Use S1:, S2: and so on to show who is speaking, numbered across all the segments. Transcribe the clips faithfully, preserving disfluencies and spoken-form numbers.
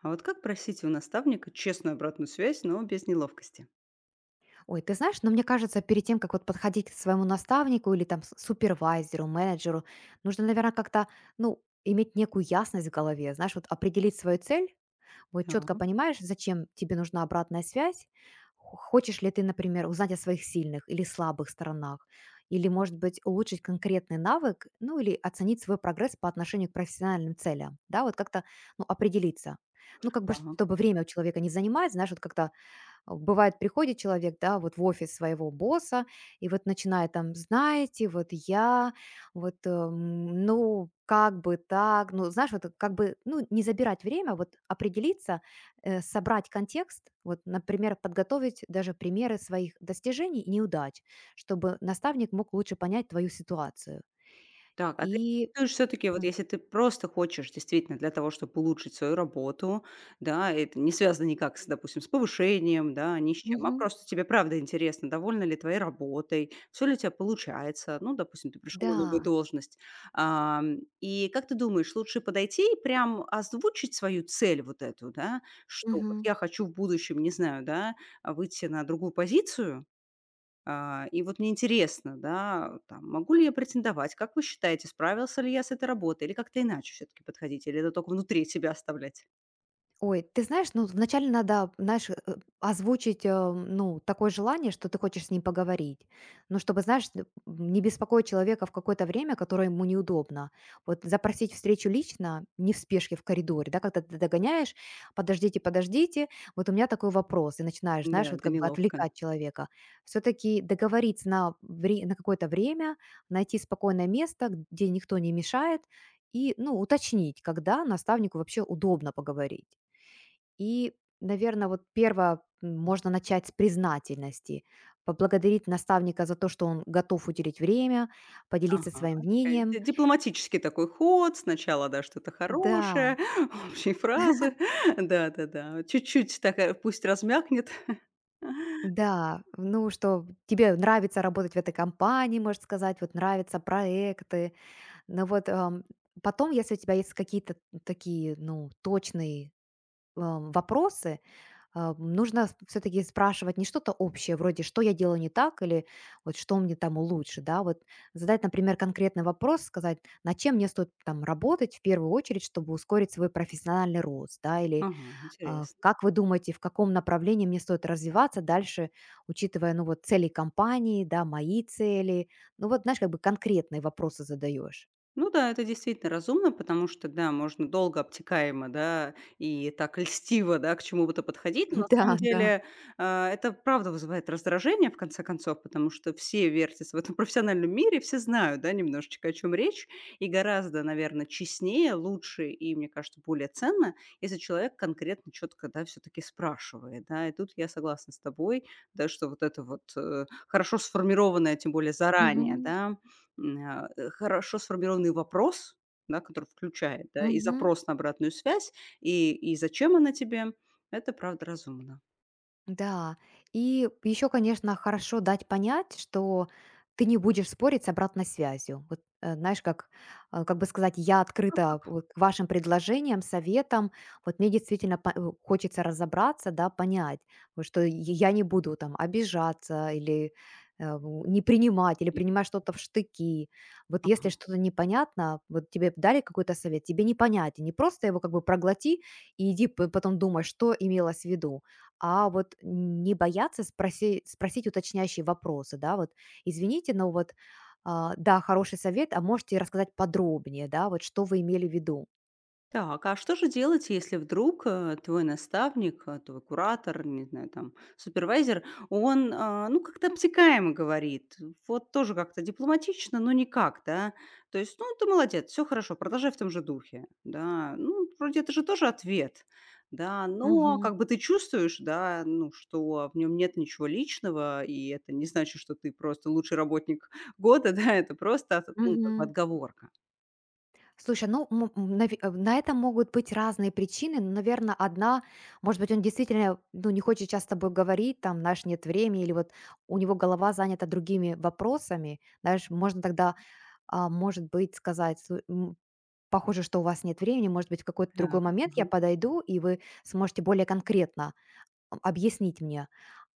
S1: А вот как просить у наставника честную обратную связь, но без неловкости?
S2: Ой, ты знаешь, но мне кажется, перед тем, как вот подходить к своему наставнику или там с- супервайзеру, менеджеру, нужно, наверное, как-то, ну, иметь некую ясность в голове, знаешь, вот определить свою цель, вот четко
S1: Так,
S2: понимаешь, зачем тебе нужна обратная связь, хо- хочешь ли ты, например, узнать о своих сильных или слабых сторонах, или, может быть, улучшить конкретный навык, ну, или оценить свой прогресс по отношению к профессиональным целям, да, вот как-то, ну, определиться. Ну, как бы,
S1: так.
S2: чтобы время у человека не занимать, знаешь, вот как-то а, бывает, приходит человек, да, вот в офис своего босса, и вот начинает там, знаете, вот я, вот, эм, ну, как бы так, ну, знаешь, вот как бы, ну, не забирать время, вот определиться, э, собрать контекст, вот, например, подготовить даже примеры своих достижений и неудач, чтобы наставник мог лучше понять твою ситуацию.
S1: Так, а ты
S2: И...
S1: все таки вот
S2: М.
S1: если ты просто хочешь действительно для того, чтобы улучшить свою работу, да, это не связано никак с, допустим, с повышением, да, ни с чем, а
S2: Мгм.
S1: просто тебе правда интересно, довольна ли твоей работой, все ли у тебя получается. Ну, допустим, ты пришел на новую
S2: Да.
S1: должность. Ам, и как ты думаешь, лучше подойти и прям озвучить свою цель вот эту, да, что вот я хочу в будущем, не знаю, да, а, выйти на другую позицию, а, и вот мне интересно, да, там, могу ли я претендовать? Как вы считаете, справился ли я с этой работой? Или как-то иначе все-таки подходить? Или это только внутри себя оставлять?
S2: Ой, ты знаешь, ну, вначале надо, знаешь, э, э, озвучить, э, ну, такое желание, что ты хочешь с ним поговорить. Ну, чтобы, знаешь, н- не беспокоить человека в какое-то время, которое ему неудобно. Вот запросить встречу лично, не в спешке в коридоре, да, когда ты догоняешь, подождите, подождите, вот у меня такой вопрос, и начинаешь, знаешь,
S1: Да,
S2: вот
S1: это
S2: как бы
S1: неловко.
S2: отвлекать человека. Все-таки договориться на, вре- на какое-то время, найти спокойное место, где никто не мешает, и, ну, уточнить, когда наставнику вообще удобно поговорить. И, наверное, вот один, м, можно начать с признательности. Поблагодарить наставника за то, что он готов уделить время, поделиться
S1: Ага,
S2: своим
S1: такая
S2: мнением.
S1: ди- дипломатический такой ход. Сначала, да, что-то
S2: Да,
S1: хорошее, общие фразы. Да-да-да. Чуть-чуть такая, пусть размякнет.
S2: да, ну, что тебе нравится работать в этой компании, можешь сказать, вот нравятся проекты. Но вот, ам, потом, если у тебя есть какие-то такие, ну, точные, ам, вопросы. А, нужно все-таки спрашивать не что-то общее, вроде «что я делаю не так» или вот «что мне там лучше», да, вот задать, например, конкретный вопрос, сказать, над чем мне стоит там работать в первую очередь, чтобы ускорить свой профессиональный рост, да, или
S1: Ага,
S2: а,
S1: интересно.
S2: как вы думаете, в каком направлении мне стоит развиваться дальше, учитывая, ну, вот цели компании, да, мои цели, ну, вот, знаешь, как бы конкретные вопросы задаешь.
S1: Ну да, это действительно разумно, потому что, да, можно долго, обтекаемо, да, и так льстиво, да, к чему бы то подходить. Но на самом
S2: Да, да.
S1: деле а, это правда вызывает раздражение, в конце концов, потому что все вертятся в этом профессиональном мире, все знают, да, немножечко о чем речь. И гораздо, наверное, честнее, лучше и, мне кажется, более ценно, если человек конкретно, четко, да, все-таки спрашивает, да. И тут я согласна с тобой, да, что вот это вот э, хорошо сформированное, тем более заранее,
S2: Мгм.
S1: да, М, а, э, хорошо сформированный вопрос, да, который включает, да, и
S2: Мгм.
S1: запрос на обратную связь, и и зачем она тебе. Это правда разумно.
S2: Да, и еще, конечно, хорошо дать понять, что ты не будешь спорить с обратной связью. Вот, э, знаешь, как, э, как бы сказать, я
S1: А
S2: открыта
S1: как
S2: вот к вашим предложениям, советам, вот мне действительно по- э, хочется разобраться, да, понять, вот что и я не буду там обижаться или э, у- не принимать, или
S1: е
S2: принимать что-то в штыки. Вот если
S1: ага.
S2: что-то непонятно, вот тебе дали какой-то совет, тебе непонятен, не просто его как бы проглоти и иди п- потом думай, что имелось в виду, а вот не бояться спроси спросить уточняющие вопросы, да, вот: "Извините, но вот, а, да, хороший совет, а можете рассказать подробнее, да, вот что вы имели в виду?"
S1: Так, а что же делать, если вдруг, э, твой наставник, э, твой куратор, не знаю, там, супервайзер, он, а, ну, как-то обтекаемо говорит, вот тоже как-то дипломатично, но никак, да? То есть, ну, ты молодец, все хорошо, продолжай в том же духе, да. Ну, вроде это же тоже ответ, да, но
S2: Мгм.
S1: как бы ты чувствуешь, да, ну, что в нем нет ничего личного, и это не значит, что ты просто лучший работник года, да, это просто, ну, как бы
S2: Мгм.
S1: отговорка.
S2: Слушай, ну, м м наве э, на это могут быть разные причины, но, наверно, одна, может быть, он действительно, ну, не хочет сейчас с тобой говорить, там, знаешь, нет времени или вот у него голова занята другими вопросами. Знаешь, можно тогда, а, может быть, сказать: похоже, что у вас нет времени. Может быть, в какой-то другой
S1: Так,
S2: момент я
S1: ага.
S2: подойду, и вы сможете более конкретно об- объяснить мне.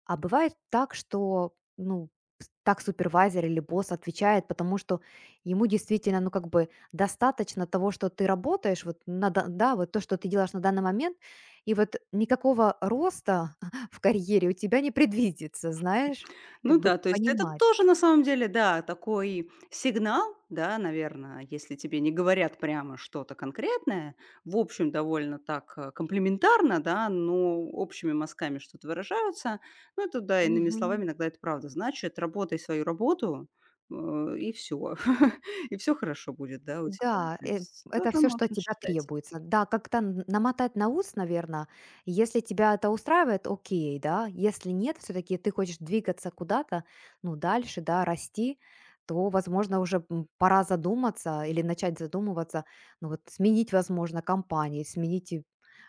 S2: А бывает так, что, ну, с- так супервайзер или босс отвечает, потому что ему действительно, ну, как бы достаточно того, что ты работаешь, вот, на, да, да, вот то, что ты делаешь на данный момент, и вот никакого роста в карьере у тебя не предвидится, знаешь, как
S1: Ну
S2: бы
S1: да, то есть это
S2: понимать.
S1: тоже на самом деле, да, такой сигнал, да, наверное, если тебе не говорят прямо что-то конкретное, в общем, довольно так э, комплиментарно, да, но общими мазками что-то выражаются, ну это да, иными словами, иногда это правда значит, работай свою работу, э, и все, и все хорошо будет, да, у тебя.
S2: Да,
S1: То
S2: э,
S1: есть
S2: это
S1: тоже
S2: все, что от
S1: можно
S2: тебя
S1: считать.
S2: требуется. Да, как-то н намотать на ус, наверное. Если тебя это устраивает, окей, да. Если нет, все таки ты хочешь двигаться куда-то, ну, дальше, да, расти, то, возможно, уже, м, пора задуматься или начать задумываться, ну, вот сменить, возможно, компании, сменить и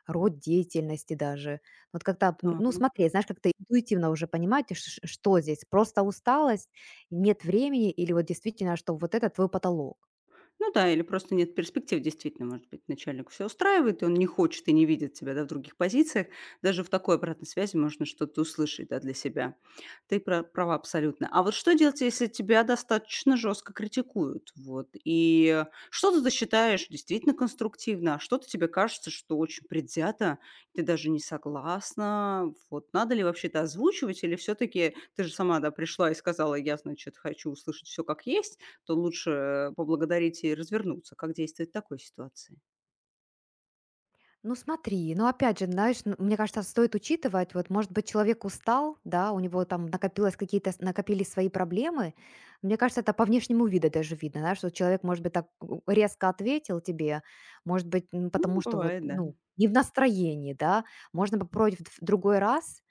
S2: род деятельности даже. Вот как-то, м, ну,
S1: Да.
S2: смотри, знаешь, как-то интуитивно уже понимать, ш ш что здесь: просто усталость, нет времени или вот действительно, что вот это твой потолок.
S1: Ну да, или просто нет перспектив, действительно, может быть, начальник все устраивает, и он не хочет и не видит тебя да, в других позициях. Даже в такой обратной связи можно что-то услышать да, для себя. Ты пра- права абсолютно. А вот что делать, если тебя достаточно жестко критикуют? Вот, и что-то ты считаешь действительно конструктивно, а что-то тебе кажется, что очень предвзято, ты даже не согласна. Вот, надо ли вообще это озвучивать, или все-таки ты же сама да, пришла и сказала, я, значит, хочу услышать все как есть, то лучше, э, поблагодарить и развернуться. Как действовать в такой ситуации?
S2: Ну смотри, ну опять же, знаешь, н- мне кажется, стоит учитывать, вот, может быть, человек устал, да, у него там накопилось какие-то, с- накопились свои проблемы. Мне кажется, это по внешнему виду даже видно, да, что человек, может быть, так у- резко ответил тебе, может быть, м, потому
S1: Ну,
S2: что вот,
S1: бывает, да.
S2: ну, не в настроении, да, можно попробовать в другой раз,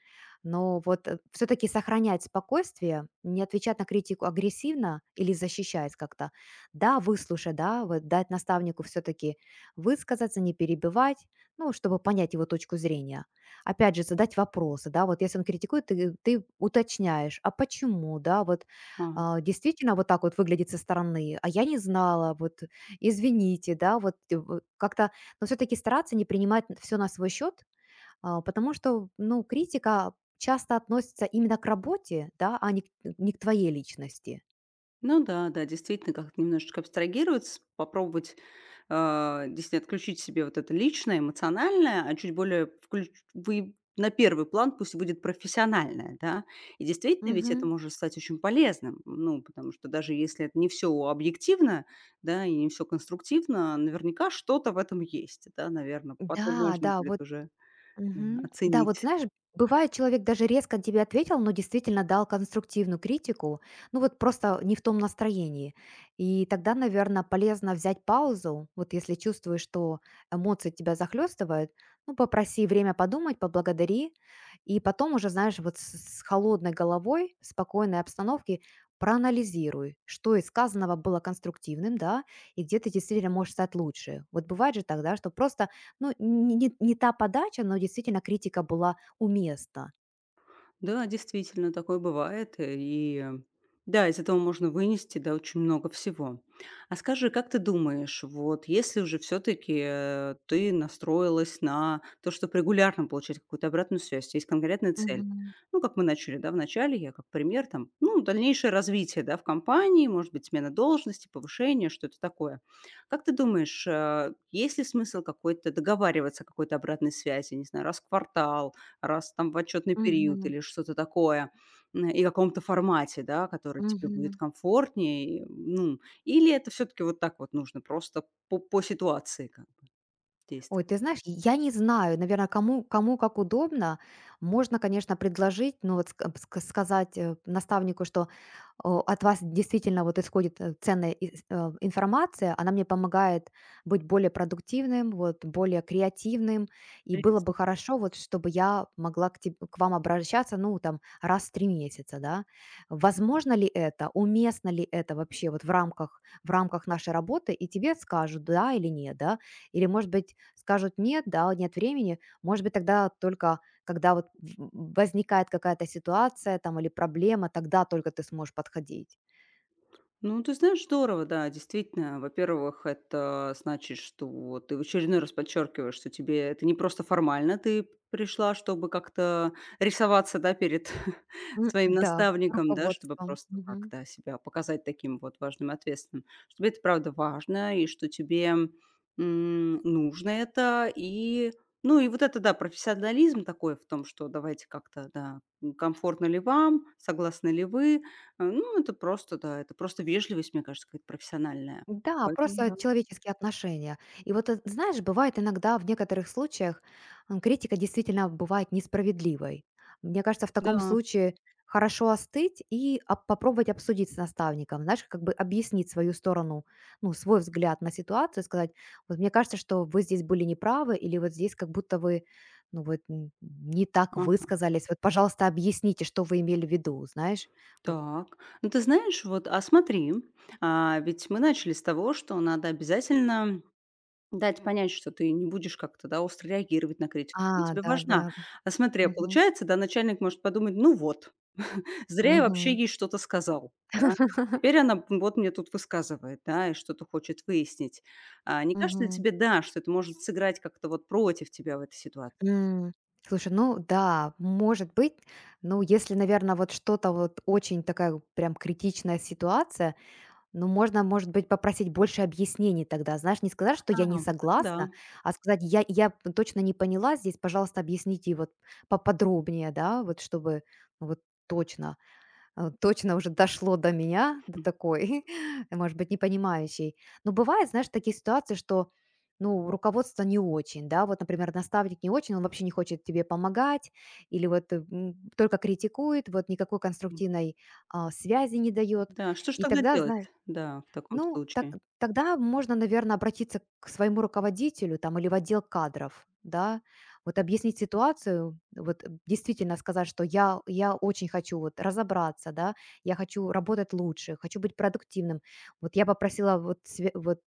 S2: но вот все-таки сохранять спокойствие, не отвечать на критику агрессивно или защищаясь как-то. Да, выслушать, да, вот дать наставнику все-таки высказаться, не перебивать, ну, чтобы понять его точку зрения. Опять же, задать вопросы, да, вот если он критикует, ты, ты уточняешь, а почему, да, вот
S1: А,
S2: а, действительно вот так вот выглядит со стороны, а я не знала, вот извините, да, вот э, вот как-то, но все-таки стараться не принимать все на свой счет, а, потому что, ну, критика часто относится именно к работе, да, а не, к- не к твоей личности.
S1: ну да, да, действительно, как-то немножечко абстрагироваться, попробовать, а, действительно отключить себе вот это личное, эмоциональное, а чуть более включ вы на первый план пусть будет профессиональное, да. И действительно, ведь это
S2: Мгм.
S1: может стать очень полезным. Ну, потому что даже если это не все объективно, да, и не все конструктивно, наверняка что-то в этом есть, да, наверное. Потом
S2: Да,
S1: можно
S2: да,
S1: будет
S2: вот.
S1: уже, да,
S2: Мгм. Да, вот
S1: оценить.
S2: знаешь, бывает, человек даже резко тебе ответил, но действительно дал конструктивную критику, ну вот просто не в том настроении. И тогда, наверное, полезно взять паузу, вот если чувствуешь, что эмоции тебя захлестывают, ну попроси время подумать, поблагодари, и потом уже, знаешь, вот с с холодной головой, в спокойной обстановке проанализируй, что из сказанного было конструктивным, да, и где ты действительно можешь стать лучше. Вот бывает же тогда, что просто ну, не не не та подача, но действительно критика была уместна.
S1: Да, действительно, такое бывает. э, И э, да, из этого можно вынести, да, очень много всего. А скажи, как ты думаешь, вот если уже все-таки ты настроилась на то, чтобы регулярно получать какую-то обратную связь, есть конкретная цель.
S2: Мгм.
S1: Ну, как мы начали, да, в начале, я как пример, там, ну, дальнейшее развитие, да, в компании, может быть, смена должности, повышение, что-то такое. Как ты думаешь, э, есть ли смысл какой-то договариваться о какой-то обратной связи, не знаю, раз в квартал, раз там в отчетный период
S2: Мгм.
S1: или что-то такое, м, и каком-то формате, да, который тебе будет
S2: Мгм.
S1: комфортнее, и, ну, или это все таки вот так вот нужно просто по по ситуации как бы действовать?
S2: Ой, ты знаешь, я не знаю, наверное, кому, кому как удобно. Можно, конечно, предложить, ну вот ск- ск- сказать э, наставнику, что о, от вас действительно вот исходит э, ценная и- э, информация, она мне помогает быть более продуктивным, вот, более креативным, и было бы хорошо, вот, чтобы я могла к, тебе- к вам обращаться, ну, там, раз в три месяца, да. Возможно ли это, уместно ли это вообще вот в рамках, в рамках нашей работы, и тебе скажут, да или нет, да, или, может быть, скажут: "Нет, да, нет времени". Может быть, тогда только когда вот в возникает какая-то ситуация там или проблема, тогда только ты сможешь подходить.
S1: Ну, ты знаешь, здорово, да, действительно. Во-первых, это значит, что ты в очередной раз подчеркиваешь, что тебе это не просто формально, ты пришла, чтобы как-то рисоваться, да, перед
S2: М,
S1: своим
S2: да,
S1: наставником, да, чтобы
S2: руководством.
S1: просто так, да, себя показать таким вот важным и ответственным. Что тебе это правда важно, и что тебе м, нужно это, и ну и вот это, да, профессионализм такой в том, что давайте как-то, да, комфортно ли вам, согласны ли вы, а, ну, это просто, да, это просто вежливость, мне кажется, какая-то профессиональная.
S2: Да,
S1: Поэтому
S2: просто
S1: да.
S2: человеческие отношения. И вот, э, знаешь, бывает иногда в некоторых случаях м, критика действительно бывает несправедливой. Мне кажется, в таком
S1: Да.
S2: случае хорошо остыть и об- попробовать обсудить с наставником, знаешь, как бы объяснить свою сторону, ну, свой взгляд на ситуацию, сказать, вот мне кажется, что вы здесь были неправы, или вот здесь как будто вы, ну, вот н- не так
S1: Ага.
S2: высказались, вот, пожалуйста, объясните, что вы имели в виду, знаешь. Вот.
S1: Так. Ну, ты знаешь, вот, а смотри, а, ведь мы начали с того, что надо обязательно дать понять, что ты не будешь как-то, да, остро реагировать на критику, что она
S2: А,
S1: тебе
S2: да, да,
S1: важна.
S2: да.
S1: А смотри, а
S2: Мгм.
S1: получается, да, начальник может подумать: "Ну вот, зря я вообще
S2: Мгм.
S1: ей что-то сказал, да. Теперь она б вот мне тут высказывает, да, и что-то хочет выяснить". А, не кажется ли
S2: Мгм.
S1: тебе, да, что это может сыграть как-то вот против тебя в этой ситуации?
S2: М. Слушай, ну да, может быть. Ну, если, наверное вот что-то вот очень такая прям критичная ситуация, ну, можно, может быть, попросить больше объяснений тогда. Знаешь, не сказать, что
S1: А,
S2: я не
S1: вот это
S2: согласна,
S1: да.
S2: а сказать: "Я я п точно не поняла здесь, пожалуйста, объясните вот поподробнее", да, вот чтобы ну вот точно. Э, точно уже дошло до меня, до такой, может быть, непонимающей. Но бывает, знаешь, такие ситуации, что ну, руководство не очень, да, вот, например, наставник не очень, он вообще не хочет тебе помогать, или вот э, м, только критикует, вот никакой
S1: Мгм.
S2: конструктивной а, связи не дает,
S1: Да, что ж
S2: и
S1: тогда
S2: тогда,
S1: делать?
S2: знаешь,
S1: Да, в таком
S2: ну, так
S1: случае.
S2: тогда можно, наверное, обратиться к своему руководителю там или в отдел кадров, да. Вот объяснить ситуацию, вот э, действительно сказать, что я я очень хочу вот разобраться, да, я хочу работать лучше, хочу быть продуктивным. Вот я попросила вот све вот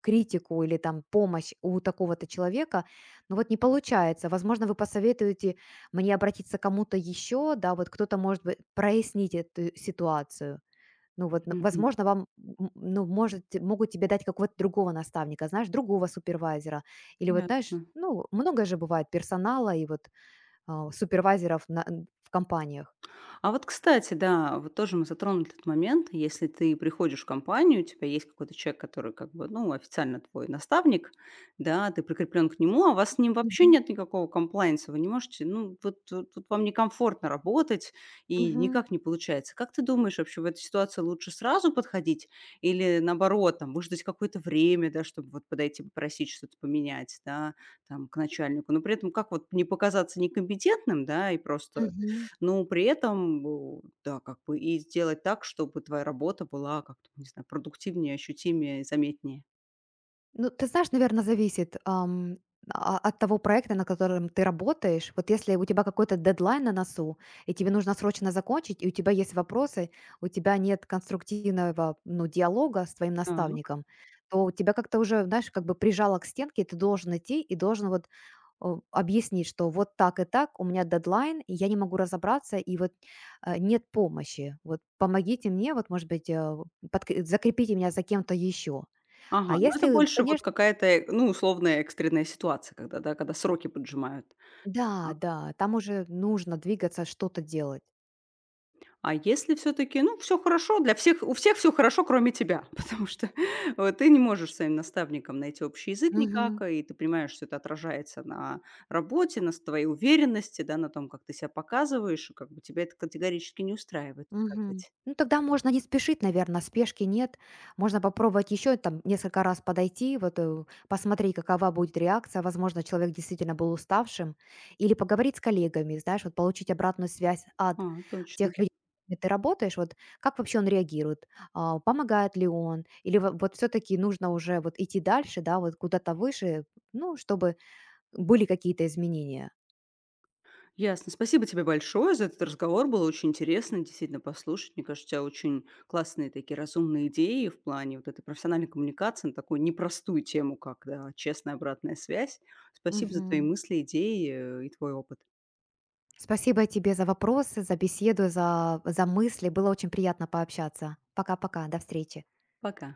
S2: критику или там помощь у такого-то человека, но вот не получается. Возможно, вы посоветуете мне обратиться к кому-то еще, да, вот кто-то, может быть, прояснить эту ситуацию. Ну вот, н
S1: Мгм.
S2: возможно, вам, м, ну, может, те- могут тебе дать какого-то другого наставника, знаешь, другого супервайзера. Или вот, знаешь,
S1: Ясно.
S2: ну, много же бывает персонала и вот, а, супервайзеров на н в компаниях.
S1: А вот, кстати, да, вот тоже мы затронули этот момент. Если ты приходишь в компанию, у тебя есть какой-то человек, который как бы, ну, официально твой наставник, да, ты прикреплен к нему, а у вас с ним вообще
S2: Мгм.
S1: нет никакого комплайнса, вы не можете, ну, вот тут тут вам некомфортно работать и
S2: Мгм.
S1: никак не получается. Как ты думаешь, вообще в этой ситуации лучше сразу подходить или наоборот, там, выждать какое-то время, да, чтобы вот подойти попросить что-то поменять, да, там, к начальнику, но при этом как вот не показаться некомпетентным, да, и просто
S2: Мгм.
S1: но при этом, э, да, как бы и сделать так, чтобы твоя работа была как-то, не знаю, продуктивнее, ощутимее заметнее.
S2: Ну, ты знаешь, наверное, зависит, ам, а, от того проекта, на котором ты работаешь. Вот если у тебя какой-то дедлайн на носу, и тебе нужно срочно закончить, и у тебя есть вопросы, у тебя нет конструктивного, ну, диалога с твоим
S1: Так.
S2: наставником, то тебя как-то уже, знаешь, как бы прижало к стенке, и ты должен идти и должен вот, о, объяснить, что вот так и так, у меня дедлайн, и я не могу разобраться, и вот, э, нет помощи. Вот помогите мне, вот, может быть, э, подкре закрепите меня за кем-то еще. А
S1: Ага, ну это
S2: если,
S1: больше вот
S2: конечно.
S1: какая-то, э, ну, условная экстренная ситуация, когда, да, когда сроки поджимают.
S2: Да,
S1: Так.
S2: да, там уже нужно двигаться, что-то делать.
S1: А если все-таки, ну, все хорошо, для всех, у всех все хорошо, кроме тебя, потому что э, ты не можешь с своим наставником найти общий язык
S2: Мгм.
S1: никак, и ты понимаешь, что это отражается на работе, на с- твоей уверенности, да, на том, как ты себя показываешь, и как бы тебя это категорически не устраивает. Как
S2: Мгм.
S1: быть?
S2: Ну, тогда можно не спешить, наверное, спешки нет. Можно попробовать еще там несколько раз подойти, вот э, посмотреть, какова будет реакция. Возможно, человек действительно был уставшим. Или поговорить с коллегами, знаешь, вот получить обратную связь от
S1: А, точно.
S2: тех людей, с которыми ты работаешь, вот как вообще он реагирует, а, помогает ли он, или во- вот все-таки нужно уже вот идти дальше, да, вот куда-то выше, ну, чтобы были какие-то изменения.
S1: Ясно. Спасибо тебе большое за этот разговор. Было очень интересно действительно послушать. Мне кажется, у тебя очень классные такие разумные идеи в плане вот этой профессиональной коммуникации на такую непростую тему, как да, честная обратная связь. Спасибо за твои
S2: Мгм.
S1: мысли, идеи э, и твой опыт.
S2: Спасибо тебе за вопросы, за беседу, за, за мысли. Было очень приятно пообщаться. Пока-пока, до встречи.
S1: Пока.